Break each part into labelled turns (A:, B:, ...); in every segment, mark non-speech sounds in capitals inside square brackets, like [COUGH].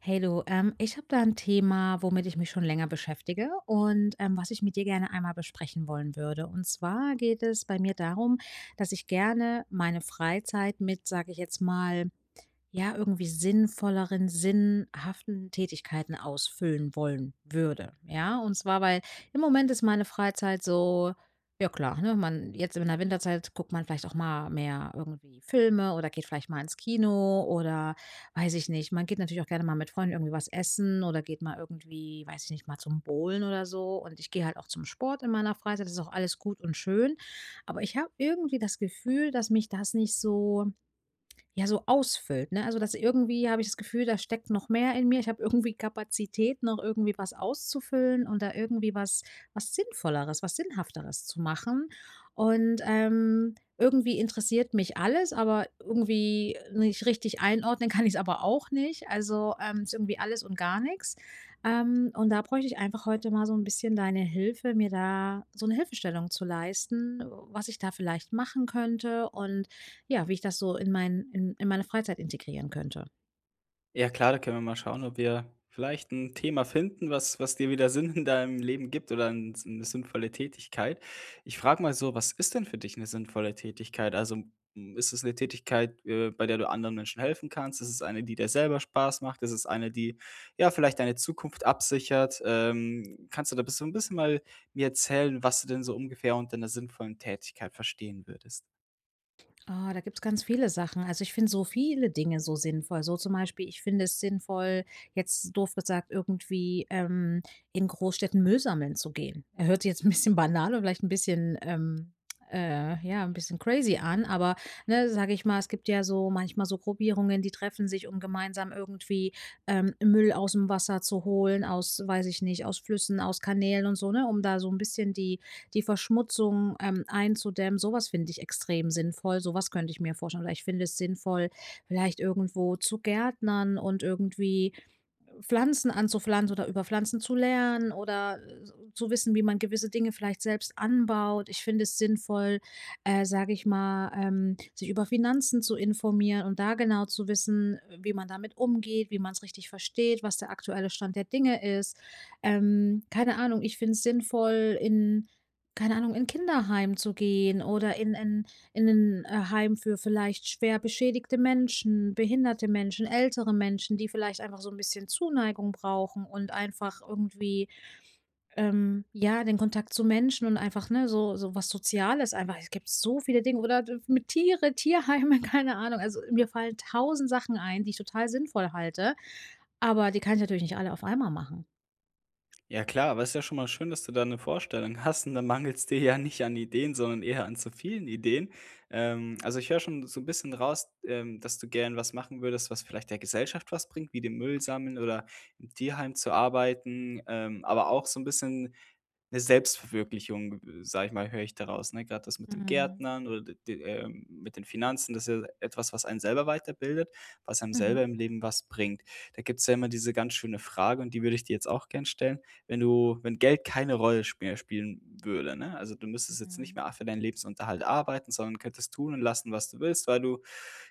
A: Hey du, ich habe da ein Thema, womit ich mich schon länger beschäftige und, was ich mit dir gerne einmal besprechen wollen würde. Und zwar geht es bei mir darum, dass ich gerne meine Freizeit mit, sage ich jetzt mal, ja, irgendwie sinnvolleren, sinnhaften Tätigkeiten ausfüllen wollen würde, ja? Und zwar, weil im Moment ist meine Freizeit so, ja klar, ne, man jetzt in der Winterzeit guckt man vielleicht auch mal mehr irgendwie Filme oder geht vielleicht mal ins Kino oder weiß ich nicht. Man geht natürlich auch gerne mal mit Freunden irgendwie was essen oder geht mal irgendwie, weiß ich nicht, mal zum Bowlen oder so. Und ich gehe halt auch zum Sport in meiner Freizeit. Das ist auch alles gut und schön. Aber ich habe irgendwie das Gefühl, dass mich das nicht so, ja, so ausfüllt, ne? Also, dass irgendwie habe ich das Gefühl, da steckt noch mehr in mir. Ich habe irgendwie Kapazität, noch irgendwie was auszufüllen und da irgendwie was Sinnvolleres, was Sinnhafteres zu machen. Und, irgendwie interessiert mich alles, aber irgendwie nicht richtig einordnen kann ich es aber auch nicht. Also, ist irgendwie alles und gar nichts. Und da bräuchte ich einfach heute mal so ein bisschen deine Hilfe, mir da so eine Hilfestellung zu leisten, was ich da vielleicht machen könnte und, ja, wie ich das so in meine Freizeit integrieren könnte.
B: Ja klar, da können wir mal schauen, ob wir vielleicht ein Thema finden, was dir wieder Sinn in deinem Leben gibt oder 'n 'ne sinnvolle Tätigkeit. Ich frage mal so, was ist denn für dich eine sinnvolle Tätigkeit? Also, hm, ist es eine Tätigkeit, bei der du anderen Menschen helfen kannst? Ist es eine, die dir selber Spaß macht? Ist es eine, die, ja, vielleicht deine Zukunft absichert? Kannst du da bis so ein bisschen mal mir erzählen, was du denn so ungefähr unter 'ner sinnvollen Tätigkeit verstehen würdest?
A: Ah, da gibt's ganz viele Sachen. Also, ich finde so viele Dinge so sinnvoll. So zum Beispiel, ich finde es sinnvoll, jetzt doof gesagt, irgendwie, in Großstädten Müll sammeln zu gehen. Er Hört sich jetzt ein bisschen banal und vielleicht ein bisschen, ja, ein bisschen crazy an, aber, ne, sage ich mal, es gibt ja so manchmal so Gruppierungen, die treffen sich, um gemeinsam irgendwie, Müll aus dem Wasser zu holen, aus weiß ich nicht, aus Flüssen, aus Kanälen und so, ne, um da so ein bisschen die Verschmutzung, einzudämmen. Sowas finde ich extrem sinnvoll. Sowas könnte ich mir vorstellen. Oder ich finde es sinnvoll, vielleicht irgendwo zu gärtnern und irgendwie Pflanzen anzupflanzen oder über Pflanzen zu lernen oder, zu wissen, wie man gewisse Dinge vielleicht selbst anbaut. Ich finde es sinnvoll, sage ich mal, sich über Finanzen zu informieren und da genau zu wissen, wie man damit umgeht, wie man es richtig versteht, was der aktuelle Stand der Dinge ist. Keine Ahnung, ich finde es sinnvoll, in, keine Ahnung, in Kinderheim zu gehen oder in 'nen Heim für vielleicht schwer beschädigte Menschen, behinderte Menschen, ältere Menschen, die vielleicht einfach so ein bisschen Zuneigung brauchen und einfach irgendwie, ja, den Kontakt zu Menschen und einfach, ne, so so was Soziales einfach. Es gibt so viele Dinge oder mit Tiere, Tierheime, [LAUGHS] keine Ahnung. Also, mir fallen 1000 Sachen ein, die ich total sinnvoll halte, aber die kann ich natürlich nicht alle auf einmal machen.
B: Ja klar, aber es ist ja schon mal schön, dass du da eine Vorstellung hast und dann mangelt es dir ja nicht an Ideen, sondern eher an zu vielen Ideen. Also, ich höre schon so ein bisschen raus, dass du gern was machen würdest, was vielleicht der Gesellschaft was bringt, wie den Müll sammeln oder im Tierheim zu arbeiten, aber auch so ein bisschen eine Selbstverwirklichung, sage ich mal, höre ich daraus. Raus, ne? Grad das mit dem
A: Mhm.
B: Gärtnern oder d d mit den Finanzen, das ist ja etwas, was einen selber weiterbildet, was einem selber
A: Mhm.
B: im Leben was bringt. Da gibt es ja immer diese ganz schöne Frage und die würde ich dir jetzt auch gern stellen. Wenn Geld keine Rolle sp mehr spielen würde, ne? Also, du müsstest jetzt nicht
A: Mhm.
B: mehr für deinen Lebensunterhalt arbeiten, sondern könntest tun und lassen, was du willst, weil du,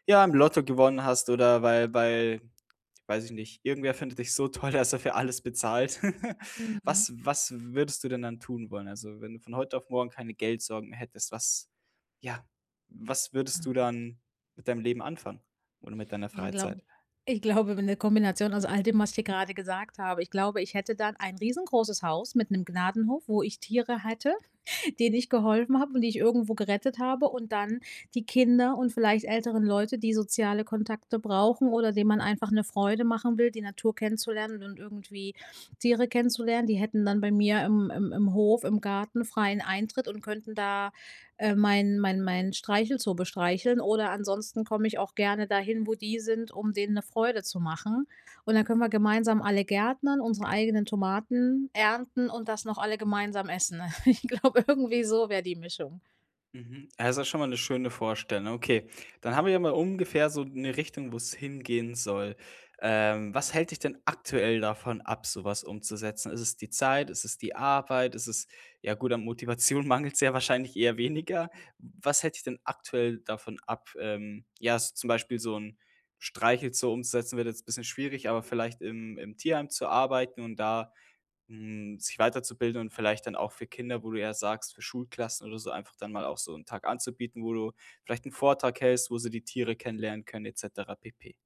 B: ja, im Lotto gewonnen hast oder weil weiß ich nicht, irgendwer findet dich so toll, dass er für alles bezahlt. [LAUGHS]
A: Mhm. Mhm.
B: Was würdest du denn dann tun wollen? Also, wenn du von heute auf morgen keine Geldsorgen mehr hättest, was ja, was würdest
A: Oh
B: du
A: Gott.
B: dann mit deinem Leben anfangen oder mit deiner
A: Ich glaube
B: Freizeit?
A: ich glaube, 'ne Kombination aus all dem, was ich dir gerade gesagt habe. Ich glaube, ich hätte dann ein riesengroßes Haus mit einem Gnadenhof, wo ich Tiere hätte, denen ich geholfen habe und die ich irgendwo gerettet habe, und dann die Kinder und vielleicht älteren Leute, die soziale Kontakte brauchen oder denen man einfach eine Freude machen will, die Natur kennenzulernen und irgendwie Tiere kennenzulernen. Die hätten dann bei mir im Hof, im Garten freien Eintritt und könnten da, mein Streichelzoo bestreicheln oder ansonsten komme ich auch gerne dahin, wo die sind, um denen eine Freude zu machen. Und dann können wir gemeinsam alle gärtnern, unsere eigenen Tomaten ernten und das noch alle gemeinsam essen. [LAUGHS] Ich glaube, irgendwie so wäre die Mischung.
B: Mhm. Ja, das ist ja schon mal eine schöne Vorstellung. Okay, dann haben wir ja mal ungefähr so eine Richtung, wo es hingehen soll. Was hält dich denn aktuell davon ab, sowas umzusetzen? Ist es die Zeit? Ist es die Arbeit? Ist es ja gut, an Motivation [LAUGHS] mangelt es ja wahrscheinlich eher weniger. Was hält dich denn aktuell davon ab, ja, s zum Beispiel so ein Streich jetzt so umzusetzen, wird jetzt ein bisschen schwierig, aber vielleicht im Tierheim zu arbeiten und da hm, sich weiterzubilden und vielleicht dann auch für Kinder, wo du ja sagst, für Schulklassen oder so einfach dann mal auch so einen Tag anzubieten, wo du vielleicht einen Vortrag hältst, wo sie die Tiere kennenlernen können et cetera pp.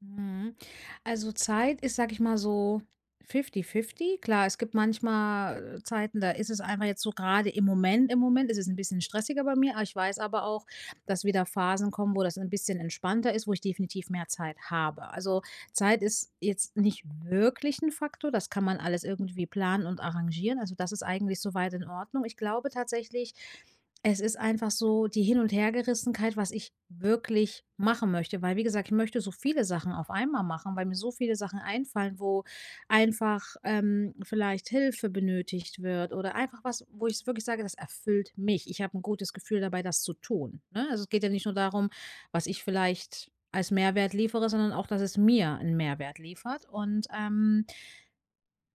A: Mhm. Also Zeit ist, sage ich mal so, 50-50. Klar, es gibt manchmal Zeiten, da ist es einfach jetzt so gerade im Moment ist es ein bisschen stressiger bei mir, aber ich weiß aber auch, dass wieder Phasen kommen, wo das ein bisschen entspannter ist, wo ich definitiv mehr Zeit habe. Also Zeit ist jetzt nicht wirklich ein Faktor, das kann man alles irgendwie planen und arrangieren. Also das ist eigentlich soweit in Ordnung. Ich glaube tatsächlich, es ist einfach so die Hin und Hergerissenheit, was ich wirklich machen möchte, weil wie gesagt, ich möchte so viele Sachen auf einmal machen, weil mir so viele Sachen einfallen, wo einfach, vielleicht Hilfe benötigt wird oder einfach was, wo ich wirklich sage, das erfüllt mich. Ich habe ein gutes Gefühl dabei, das zu tun, ne? Also, es geht ja nicht nur darum, was ich vielleicht als Mehrwert liefere, sondern auch, dass es mir einen Mehrwert liefert und,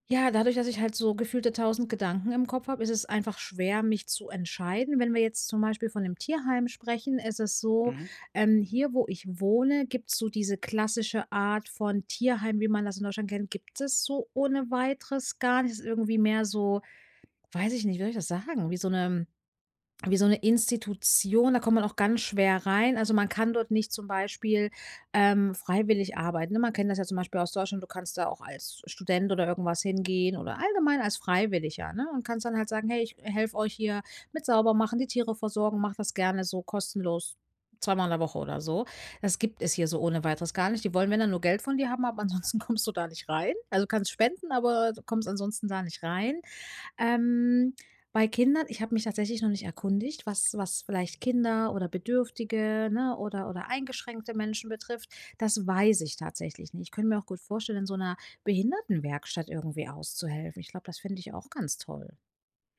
A: ja, dadurch, dass ich halt so gefühlte 1000 Gedanken im Kopf habe, ist es einfach schwer, mich zu entscheiden. Wenn wir jetzt zum Beispiel von dem Tierheim sprechen, ist es so,
B: Mhm.
A: hier, wo ich wohne, gibt's so diese klassische Art von Tierheim, wie man das in Deutschland kennt, gibt es so ohne Weiteres gar nicht. Es ist irgendwie mehr so, weiß ich nicht, wie soll ich das sagen, wie so 'ne Institution, da kommt man auch ganz schwer rein. Also, man kann dort nicht zum Beispiel, freiwillig arbeiten, ne? Man kennt das ja zum Beispiel aus Deutschland, du kannst da auch als Student oder irgendwas hingehen oder allgemein als Freiwilliger, ne? Und kannst dann halt sagen: „Hey, ich helfe euch hier mit Saubermachen, die Tiere versorgen, mache das gerne so kostenlos 2-mal in der Woche“ oder so. Das gibt es hier so ohne Weiteres gar nicht. Die wollen, wenn dann, nur Geld von dir haben, aber [LAUGHS] ansonsten kommst du da nicht rein. Also, kannst spenden, aber du kommst ansonsten da nicht rein. Ähm, Bei Kindern ich habe mich tatsächlich noch nicht erkundigt, was vielleicht Kinder oder Bedürftige, ne, oder eingeschränkte Menschen betrifft. Das weiß ich tatsächlich nicht. Ich könnte mir auch gut vorstellen, in so einer Behindertenwerkstatt irgendwie auszuhelfen. Ich glaube, das finde ich auch ganz toll.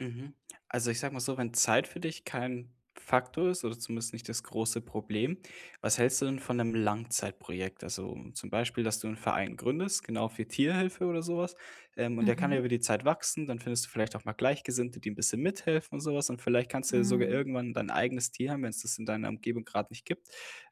B: Mhm. Also, ich sage mal so, wenn Zeit für dich kein Faktor ist oder zumindest nicht das große Problem, was hältst du denn von einem Langzeitprojekt? Also, um zum Beispiel, dass du einen Verein gründest, genau für Tierhilfe oder sowas. Und der kann ja
A: Mhm.
B: über die Zeit wachsen. Dann findest du vielleicht auch mal Gleichgesinnte, die ein bisschen mithelfen und sowas. Und vielleicht kannst du ja sogar
A: Mhm.
B: irgendwann dein eigenes Tier haben, wenn es das in deiner Umgebung gerade nicht gibt.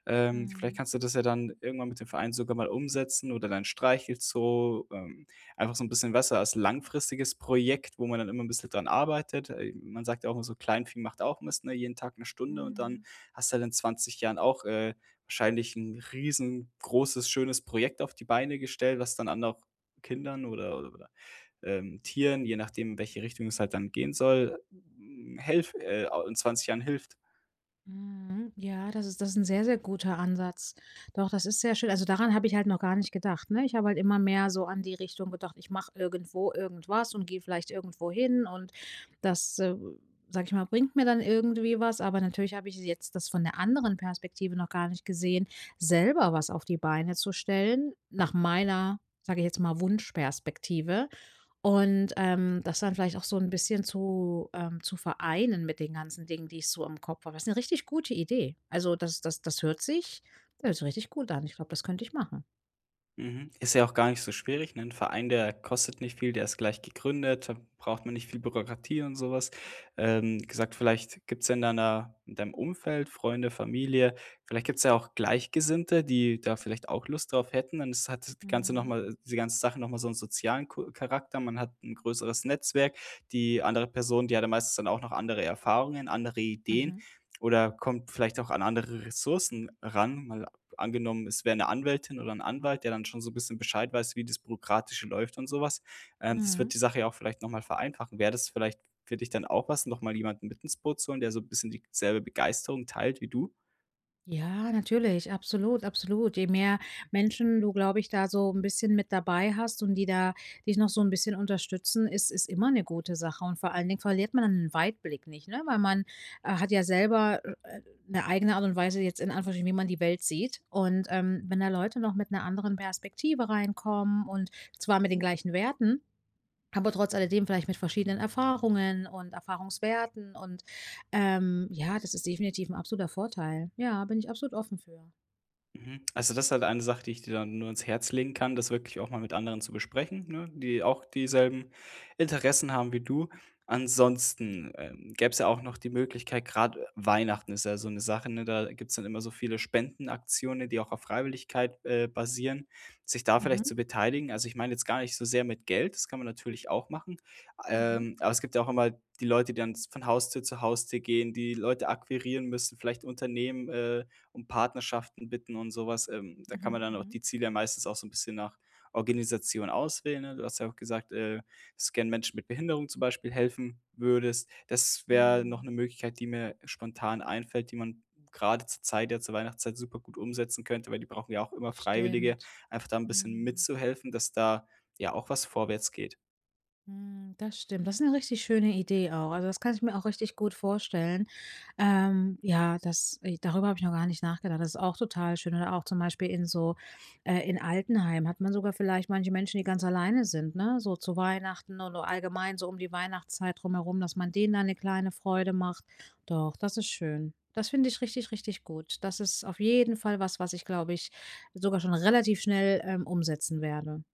B: Vielleicht
A: Mhm.
B: kannst du das ja dann irgendwann mit dem Verein sogar mal umsetzen oder dein Streichelzoo. Einfach so ein bisschen besser als langfristiges Projekt, wo man dann immer ein bisschen dran arbeitet. Man sagt ja auch immer so: „Kleinvieh macht auch Mist“, ne? Jeden Tag 1 Stunde und dann
A: Mhm.
B: hast du halt in 20 Jahren auch, wahrscheinlich ein riesengroßes, schönes Projekt auf die Beine gestellt, was dann anderen Kindern oder Tieren, je nachdem, in welche Richtung es halt dann gehen soll, hm, helf au in 20 Jahren hilft.
A: Mhm. Ja, das ist 'n sehr, sehr guter Ansatz. Doch, das ist sehr schön. Also, daran habe ich halt noch gar nicht gedacht, ne? Ich habe halt immer mehr so an die Richtung gedacht, ich mache irgendwo irgendwas und gehe vielleicht irgendwo hin und das, sage ich mal, bringt mir dann irgendwie was. Aber natürlich habe ich jetzt das von der anderen Perspektive noch gar nicht gesehen, selber was auf die Beine zu stellen, nach meiner, sage ich jetzt mal, Wunschperspektive. Und, das dann vielleicht auch so ein bisschen zu vereinen mit den ganzen Dingen, die ich so im Kopf habe. Das ist eine richtig gute Idee. Also, das hört sich, das hört sich richtig gut an. Ich glaube, das könnte ich machen.
B: Mhm. Ist ja auch gar nicht so schwierig, ne? Ein Verein, der kostet nicht viel, der ist gleich gegründet, da braucht man nicht viel Bürokratie und sowas. Gesagt, vielleicht gibt's ja in deiner in deinem Umfeld, Freunde, Familie, vielleicht gibt's ja auch Gleichgesinnte, die da vielleicht auch Lust drauf hätten. Dann ist hat die Ganze noch
A: Mhm.
B: mal die ganze Sache noch mal so einen sozialen Ko Charakter. Man hat ein größeres Netzwerk. Die andere Person, die hat ja meistens dann auch noch andere Erfahrungen, andere Ideen
A: Mhm.
B: oder kommt vielleicht auch an andere Ressourcen ran, mal angenommen, es wäre eine Anwältin oder ein Anwalt, der dann schon so ein bisschen Bescheid weiß, wie das Bürokratische läuft und sowas. Das wird
A: Mhm.
B: die Sache ja auch vielleicht noch mal vereinfachen. Wäre das vielleicht für dich dann auch was, noch mal jemanden mit ins Boot zu holen, der so ein bisschen dieselbe Begeisterung teilt wie du?
A: Ja, natürlich, absolut, absolut. Je mehr Menschen du, glaube ich, da so ein bisschen mit dabei hast und die da dich noch so ein bisschen unterstützen, ist immer eine gute Sache. Und vor allen Dingen verliert man einen Weitblick nicht, ne? Weil man, hat ja selber, 'ne eigene Art und Weise jetzt in Anführungsstrichen, wie man die Welt sieht. Und, wenn da Leute noch mit einer anderen Perspektive reinkommen und zwar mit den gleichen Werten, aber trotz alledem vielleicht mit verschiedenen Erfahrungen und Erfahrungswerten und, ja, das ist definitiv ein absoluter Vorteil. Ja, bin ich absolut offen für.
B: Mhm. Also, das ist halt eine Sache, die ich dir dann nur ans Herz legen kann, das wirklich auch mal mit anderen zu besprechen, ne, die auch dieselben Interessen haben wie du. Ansonsten, gäbe es ja auch noch die Möglichkeit, gerade Weihnachten ist ja so eine Sache, ne, da gibt es dann immer so viele Spendenaktionen, die auch auf Freiwilligkeit, basieren, sich da vielleicht
A: Mhm,
B: zu beteiligen. Also, ich meine jetzt gar nicht so sehr mit Geld, das kann man natürlich auch machen,
A: mhm,
B: aber es gibt ja auch immer die Leute, die dann von Haustür zu Haustür gehen, die Leute akquirieren müssen, vielleicht Unternehmen, um Partnerschaften bitten und sowas. Da kann
A: mhm,
B: man dann auch
A: mhm.
B: die Ziele ja meistens auch so ein bisschen nach Organisation auswählen, ne? Du hast ja auch gesagt, dass du gern Menschen mit Behinderung zum Beispiel helfen würdest. Das wäre noch
A: Mhm.
B: eine Möglichkeit, die mir spontan einfällt, die man gerade zur Zeit ja zur Weihnachtszeit super gut umsetzen könnte, weil die brauchen ja auch immer Freiwillige,
A: Stimmt.
B: einfach da ein bisschen
A: Mhm.
B: mitzuhelfen, dass da ja auch was vorwärts geht.
A: Hm, das stimmt. Das ist eine richtig schöne Idee auch. Also, das kann ich mir auch richtig gut vorstellen. Ja, das darüber habe ich noch gar nicht nachgedacht. Das ist auch total schön. Oder auch zum Beispiel in so, in Altenheim hat man sogar vielleicht manche Menschen, die ganz alleine sind, ne? So zu Weihnachten oder allgemein so um die Weihnachtszeit drumherum, dass man denen da eine kleine Freude macht. Doch, das ist schön. Das finde ich richtig, richtig gut. Das ist auf jeden Fall was, was ich, glaube ich, sogar schon relativ schnell, umsetzen werde.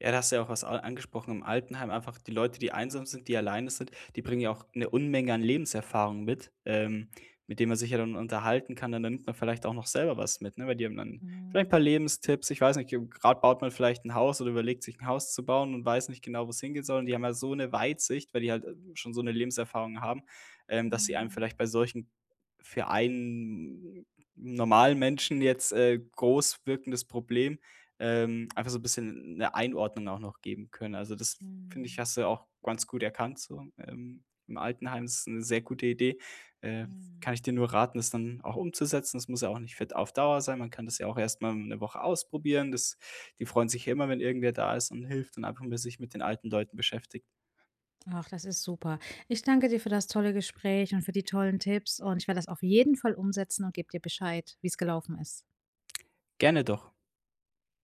B: Ja, da hast du ja auch was a angesprochen im Altenheim. Einfach die Leute, die einsam sind, die alleine sind, die bringen ja auch eine Unmenge an Lebenserfahrung mit denen man sich ja dann unterhalten kann. Und dann nimmt man vielleicht auch noch selber was mit, ne? Weil die haben dann vielleicht ein paar
A: Mhm.
B: Lebenstipps. Ich weiß nicht, gerade baut man vielleicht ein Haus oder überlegt sich ein Haus zu bauen und weiß nicht genau, wo es hingehen soll. Und die haben ja so eine Weitsicht, weil die halt, schon so eine Lebenserfahrung haben, dass sie einem
A: Mhm.
B: vielleicht bei solchen für einen normalen Menschen jetzt, groß wirkendes Problem, einfach so ein bisschen eine Einordnung auch noch geben können. Also, das finde ich,
A: Mhm.
B: hast du auch ganz gut erkannt so, im Altenheim. Ist eine sehr gute Idee. Äh,
A: Mhm.
B: kann ich dir nur raten, das dann auch umzusetzen. Das muss ja auch nicht für auf Dauer sein. Man kann das ja auch erstmal 1 Woche ausprobieren. Das die freuen sich ja immer, wenn irgendwer da ist und hilft und einfach mal sich mit den alten Leuten beschäftigt.
A: Ach, das ist super. Ich danke dir für das tolle Gespräch und für die tollen Tipps und ich werde das auf jeden Fall umsetzen und gebe dir Bescheid, wie es gelaufen ist.
B: Gerne doch.